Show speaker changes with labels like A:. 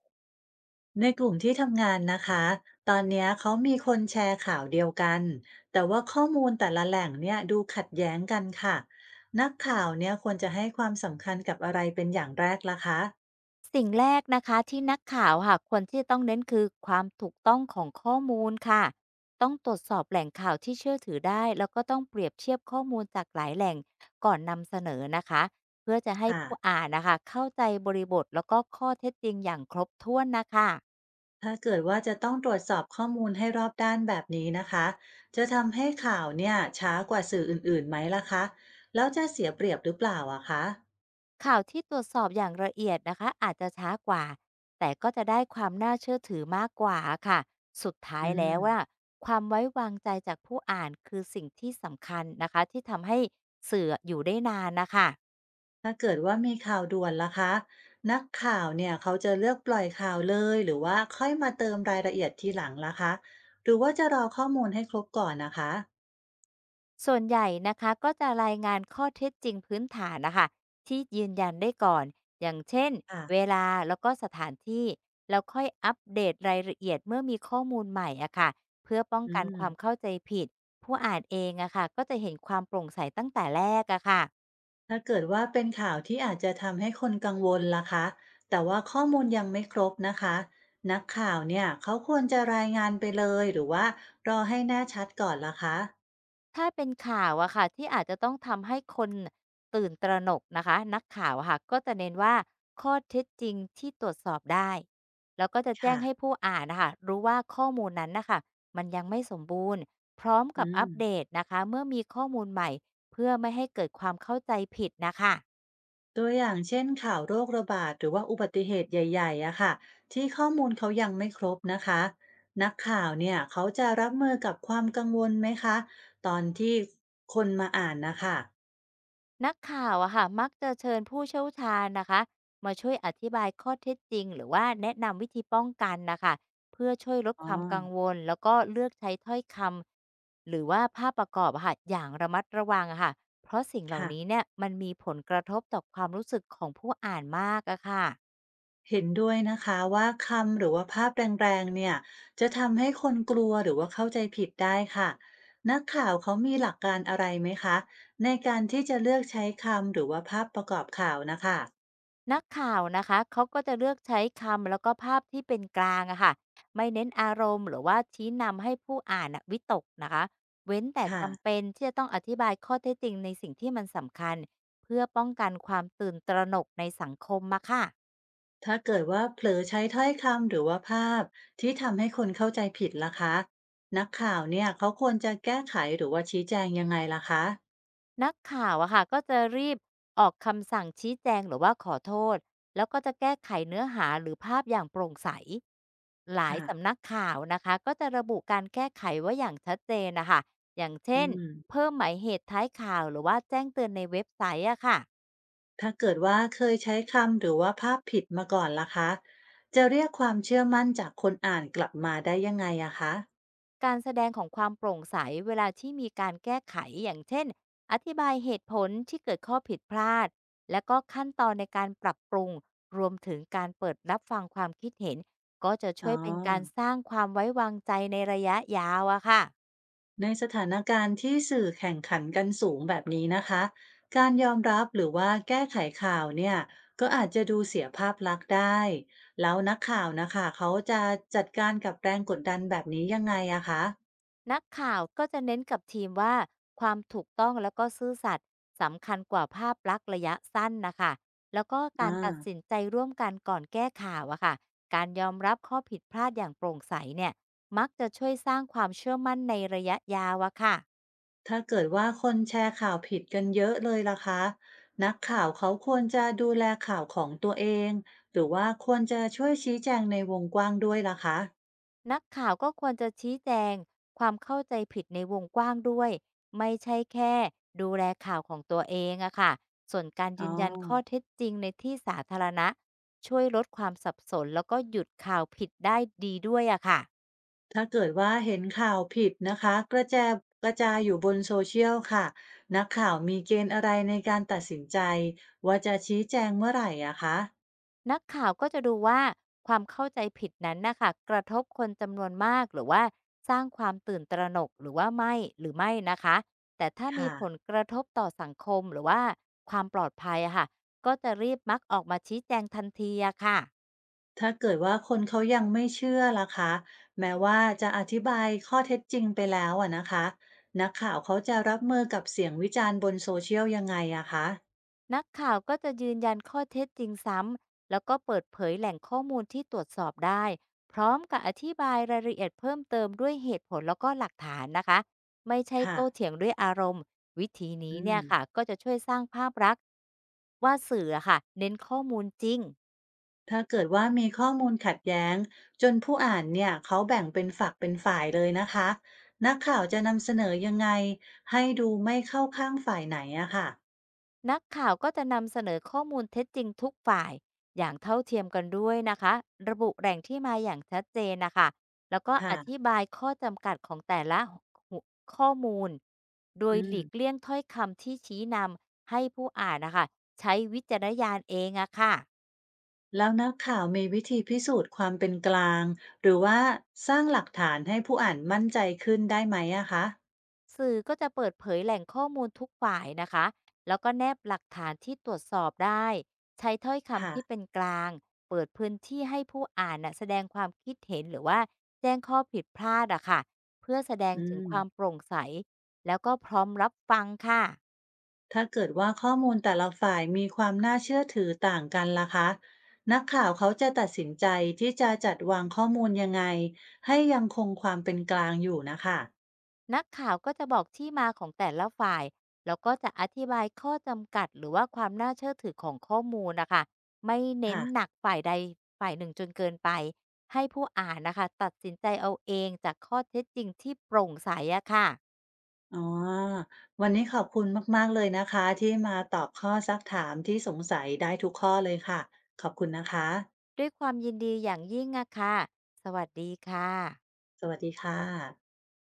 A: ในกลุ่มที่ทำงานนะคะ ตอนเนี้ยเขามีคนแชร์ข่าวเดียวกัน แต่ว่าข้อมูลแต่ละแหล่งเนี่ยดูขัดแย้งกันค่ะนักข่าวเนี่ยควรจะให้ความสำคัญกับอะไรเป็นอย่างแรกล่ะคะ
B: สิ่งแรกนะคะที่นักข่าวค่ะควรที่จะต้องเน้นคือความถูกต้องของข้อมูลค่ะต้องตรวจสอบแหล่งข่าวที่เชื่อถือได้แล้วก็ต้องเปรียบเทียบข้อมูลจากหลายแหล่งก่อนนำเสนอนะคะเพื่อจะให้
A: ค่ะ
B: ผู้อ่านนะคะเข้าใจบริบทแล้วก็ข้อเท็จจริงอย่างครบถ้วนนะคะ
A: ถ้าเกิดว่าจะต้องตรวจสอบข้อมูลให้รอบด้านแบบนี้นะคะจะทำให้ข่าวเนี่ยช้ากว่าสื่ออื่นๆไหมล่ะคะแล้วจะเสียเปรียบหรือเปล่าอะคะ
B: ข่าวที่ตรวจสอบอย่างละเอียดนะคะอาจจะช้ากว่าแต่ก็จะได้ความน่าเชื่อถือมากกว่าค่ะสุดท้าย
A: อื
B: แล้ว
A: ม
B: ว่าความไว้วางใจจากผู้อ่านคือสิ่งที่สำคัญนะคะที่ทำให้สื่ออยู่ได้นานนะคะ
A: ถ้าเกิดว่ามีข่าวด่วนล่ะคะนักข่าวเนี่ยเขาจะเลือกปล่อยข่าวเลยหรือว่าค่อยมาเติมรายละเอียดทีหลังล่ะคะหรือว่าจะรอข้อมูลให้ครบก่อนนะคะ
B: ส่วนใหญ่นะคะก็จะรายงานข้อเท็จจริงพื้นฐานนะคะที่ยืนยันได้ก่อนอย่างเช่น
A: ค่ะ
B: เวลาแล้วก็สถานที่แล้วค่อยอัปเดตรายละเอียดเมื่อมีข้อมูลใหม่อะค่ะเพื่อป้อง
A: อื
B: กัน
A: ม
B: ความเข้าใจผิดผู้อ่านเองอะค่ะก็จะเห็นความโปร่งใสตั้งแต่แรกอะค่ะ
A: ถ้าเกิดว่าเป็นข่าวที่อาจจะทำให้คนกังวลล่ะคะแต่ว่าข้อมูลยังไม่ครบนะคะนักข่าวเนี่ยเขาควรจะรายงานไปเลยหรือว่ารอให้แน่ชัดก่อนล่ะคะ
B: ถ้าเป็นข่าวอะค่ะที่อาจจะต้องทำให้คนตื่นตระหนกนะคะนักข่าวอะค่ะก็จะเน้นว่าข้อเท็จจริงที่ตรวจสอบได้แล้วก็จะแจ้ง
A: ค่ะ
B: ให้ผู้อ่านนะคะรู้ว่าข้อมูลนั้นนะคะมันยังไม่สมบูรณ์พร้อมกับ
A: อื
B: อั
A: ม
B: ปเดตนะคะเมื่อมีข้อมูลใหม่เพื่อไม่ให้เกิดความเข้าใจผิดนะคะ
A: ตัวอย่างเช่นข่าวโรคระบาดหรือว่าอุบัติเหตุใหญ่ๆอะค่ะที่ข้อมูลเขายังไม่ครบนะคะนักข่าวเนี่ยเขาจะรับมือกับความกังวลไหมคะตอนที่คนมาอ่านนะคะ
B: นักข่าวอะค่ะมักจะเชิญผู้เชี่ยวชาญนะคะมาช่วยอธิบายข้อเท็จจริงหรือว่าแนะนำวิธีป้องกันนะคะเพื่อช่วยลด
A: อ๋
B: ค
A: อ
B: วามกังวลแล้วก็เลือกใช้ถ้อยคำหรือว่าภาพประกอบอะค่ะอย่างระมัดระวังอะค่ะเพราะสิ่งเหล่า
A: ค่ะ
B: นี้เนี่ยมันมีผลกระทบต่อความรู้สึกของผู้อ่านมากอะค่ะ
A: เห็นด้วยนะคะว่าคำหรือว่าภาพแรงๆเนี่ยจะทำให้คนกลัวหรือว่าเข้าใจผิดได้ค่ะนักข่าวเขามีหลักการอะไรไหมคะในการที่จะเลือกใช้คำหรือว่าภาพประกอบข่าวนะคะ
B: นักข่าวนะคะ เขาก็จะเลือกใช้คำแล้วก็ภาพที่เป็นกลางอะค่ะไม่เน้นอารมณ์หรือว่าชี้นำให้ผู้อ่านอะวิตกนะคะ เว้นแต่
A: ค่ะ
B: จำเป็นที่จะต้องอธิบายข้อเท็จจริงในสิ่งที่มันสำคัญเพื่อป้องกันความตื่นตระหนกในสังคมมาค่ะ
A: ถ้าเกิดว่าเผลอใช้ถ้อยคำหรือว่าภาพที่ทำให้คนเข้าใจผิดล่ะคะนักข่าวเนี่ยเขาควรจะแก้ไขหรือว่าชี้แจงยังไงล่ะคะ
B: นักข่าวอะค่ะก็จะรีบออกคำสั่งชี้แจงหรือว่าขอโทษแล้วก็จะแก้ไขเนื้อหาหรือภาพอย่างโปร่งใสหลาย
A: ค่ะ
B: สำนักข่าวนะคะก็จะระบุการแก้ไขไว้อย่างชัดเจนนะคะอย่าง
A: อื
B: เช่น
A: ม
B: เพิ่มหมายเหตุท้ายข่าวหรือว่าแจ้งเตือนในเว็บไซต์อะค่ะ
A: ถ้าเกิดว่าเคยใช้คำหรือว่าภาพผิดมาก่อนล่ะคะจะเรียกความเชื่อมั่นจากคนอ่านกลับมาได้ยังไงอะคะ
B: การแสดงของความโปร่งใสเวลาที่มีการแก้ไขอย่างเช่นอธิบายเหตุผลที่เกิดข้อผิดพลาดและก็ขั้นตอนในการปรับปรุงรวมถึงการเปิดรับฟังความคิดเห็นก็จะ
A: อ๋
B: ช่
A: อ
B: วยเป็นการสร้างความไว้วางใจในระยะยาวอะค่ะ
A: ในสถานการณ์ที่สื่อแข่งขันกันสูงแบบนี้นะคะการยอมรับหรือว่าแก้ไขข่าวเนี่ยก็อาจจะดูเสียภาพลักษณ์ได้แล้วนักข่าวนะคะเขาจะจัดการกับแรงกดดันแบบนี้ยังไงอะคะ
B: นักข่าวก็จะเน้นกับทีมว่าความถูกต้องแล้วก็ซื่อสัตย์สำคัญกว่าภาพลักษณ์ระยะสั้นนะคะแล้วก็กา
A: อ่า
B: รตัดสินใจร่วมกันก่อนแก้ข่าวอะค่ะการยอมรับข้อผิดพลาดอย่างโปร่งใสเนี่ยมักจะช่วยสร้างความเชื่อมั่นในระยะยาวอะค่ะ
A: ถ้าเกิดว่าคนแชร์ข่าวผิดกันเยอะเลยล่ะคะนักข่าวเขาควรจะดูแลข่าวของตัวเองหรือว่าควรจะช่วยชี้แจงในวงกว้างด้วยล่ะคะ
B: นักข่าวก็ควรจะชี้แจงความเข้าใจผิดในวงกว้างด้วยไม่ใช่แค่ดูแลข่าวของตัวเองอะค่ะส่วนการ
A: อ๋
B: ยื
A: อ
B: นยันข้อเท็จจริงในที่สาธารณะช่วยลดความสับสนแล้วก็หยุดข่าวผิดได้ดีด้วยอะค่ะ
A: ถ้าเกิดว่าเห็นข่าวผิดนะคะกระจายอยู่บนโซเชียลค่ะนักข่าวมีเกณฑ์อะไรในการตัดสินใจว่าจะชี้แจงเมื่อไหร่อะคะ
B: นักข่าวก็จะดูว่าความเข้าใจผิดนั้นนะคะกระทบคนจำนวนมากหรือว่าสร้างความตื่นตระหนกหรือว่าไม่หรือไม่นะคะแต่ถ้ามี
A: ค่ะ
B: ผลกระทบต่อสังคมหรือว่าความปลอดภัยอะค่ะก็จะรีบมักออกมาชี้แจงทันทีอะค่ะ
A: ถ้าเกิดว่าคนเขายังไม่เชื่อล่ะคะแม้ว่าจะอธิบายข้อเท็จจริงไปแล้วอะนะคะนักข่าวเขาจะรับมือกับเสียงวิจารณ์บนโซเชียลยังไงอะคะ
B: นักข่าวก็จะยืนยันข้อเท็จจริงซ้ำแล้วก็เปิดเผยแหล่งข้อมูลที่ตรวจสอบได้พร้อมกับอธิบายรายละเอียดเพิ่มเติมด้วยเหตุผลแล้วก็หลักฐานนะคะไม่ใช่
A: ค่ะ
B: โต้เถียงด้วยอารมณ์วิธีนี้
A: อื
B: เนี่ย
A: ม
B: ค่ะก็จะช่วยสร้างภาพลักษณ์ว่าสื่ออะค่ะเน้นข้อมูลจริง
A: ถ้าเกิดว่ามีข้อมูลขัดแย้งจนผู้อ่านเนี่ยเขาแบ่งเป็นฝักเป็นฝ่ายเลยนะคะนักข่าวจะนำเสนอยังไงให้ดูไม่เข้าข้างฝ่ายไหนอะค่ะ
B: นักข่าวก็จะนำเสนอข้อมูลเท็จจริงทุกฝ่ายอย่างเท่าเทียมกันด้วยนะคะระบุแหล่งที่มาอย่างชัดเจนนะคะแล้วก็อธิ
A: ค่ะ
B: บายข้อจำกัดของแต่ละหัวข้อมูลโด
A: อื
B: ยห
A: ม
B: ลีกเลี่ยงถ้อยคำที่ชี้นำให้ผู้อ่านนะคะใช้วิจารณญาณเองอะค่ะ
A: แล้วนักข่าวมีวิธีพิสูจน์ความเป็นกลางหรือว่าสร้างหลักฐานให้ผู้อ่านมั่นใจขึ้นได้ไหมอะคะ
B: สื่อก็จะเปิดเผยแหล่งข้อมูลทุกฝ่ายนะคะ แล้วก็แนบหลักฐานที่ตรวจสอบได้ ใช้ถ้อยคำ
A: ค่ะ
B: ที่เป็นกลาง เปิดพื้นที่ให้ผู้อ่านนะแสดงความคิดเห็นหรือว่าแจ้งข้อผิดพลาดอะค่ะเพื่อแสดง
A: อื
B: ถึงความโป
A: ม
B: ร่งใส แล้วก็พร้อมรับฟังค่ะ
A: ถ้าเกิดว่าข้อมูลแต่ละฝ่ายมีความน่าเชื่อถือต่างกันล่ะคะนักข่าวเขาจะตัดสินใจที่จะจัดวางข้อมูลยังไงให้ยังคงความเป็นกลางอยู่นะคะ
B: นักข่าวก็จะบอกที่มาของแต่ละฝ่ายแล้วก็จะอธิบายข้อจำกัดหรือว่าความน่าเชื่อถือของข้อมูลนะคะไม่เน้น
A: ค่ะ
B: หนักฝ่ายใดฝ่ายหนึ่งจนเกินไปให้ผู้อ่านนะคะตัดสินใจเอาเองจากข้อเท็จจริงที่โปร่งใสอะค่ะ
A: อ๋อวันนี้ขอบคุณมากๆเลยนะคะที่มาตอบข้อซักถามที่สงสัยได้ทุกข้อเลยค่ะขอบคุณนะคะ
B: ด้วยความยินดีอย่างยิ่งอะค่ะสวัสดีค่ะ
A: สวัสดีค่ะ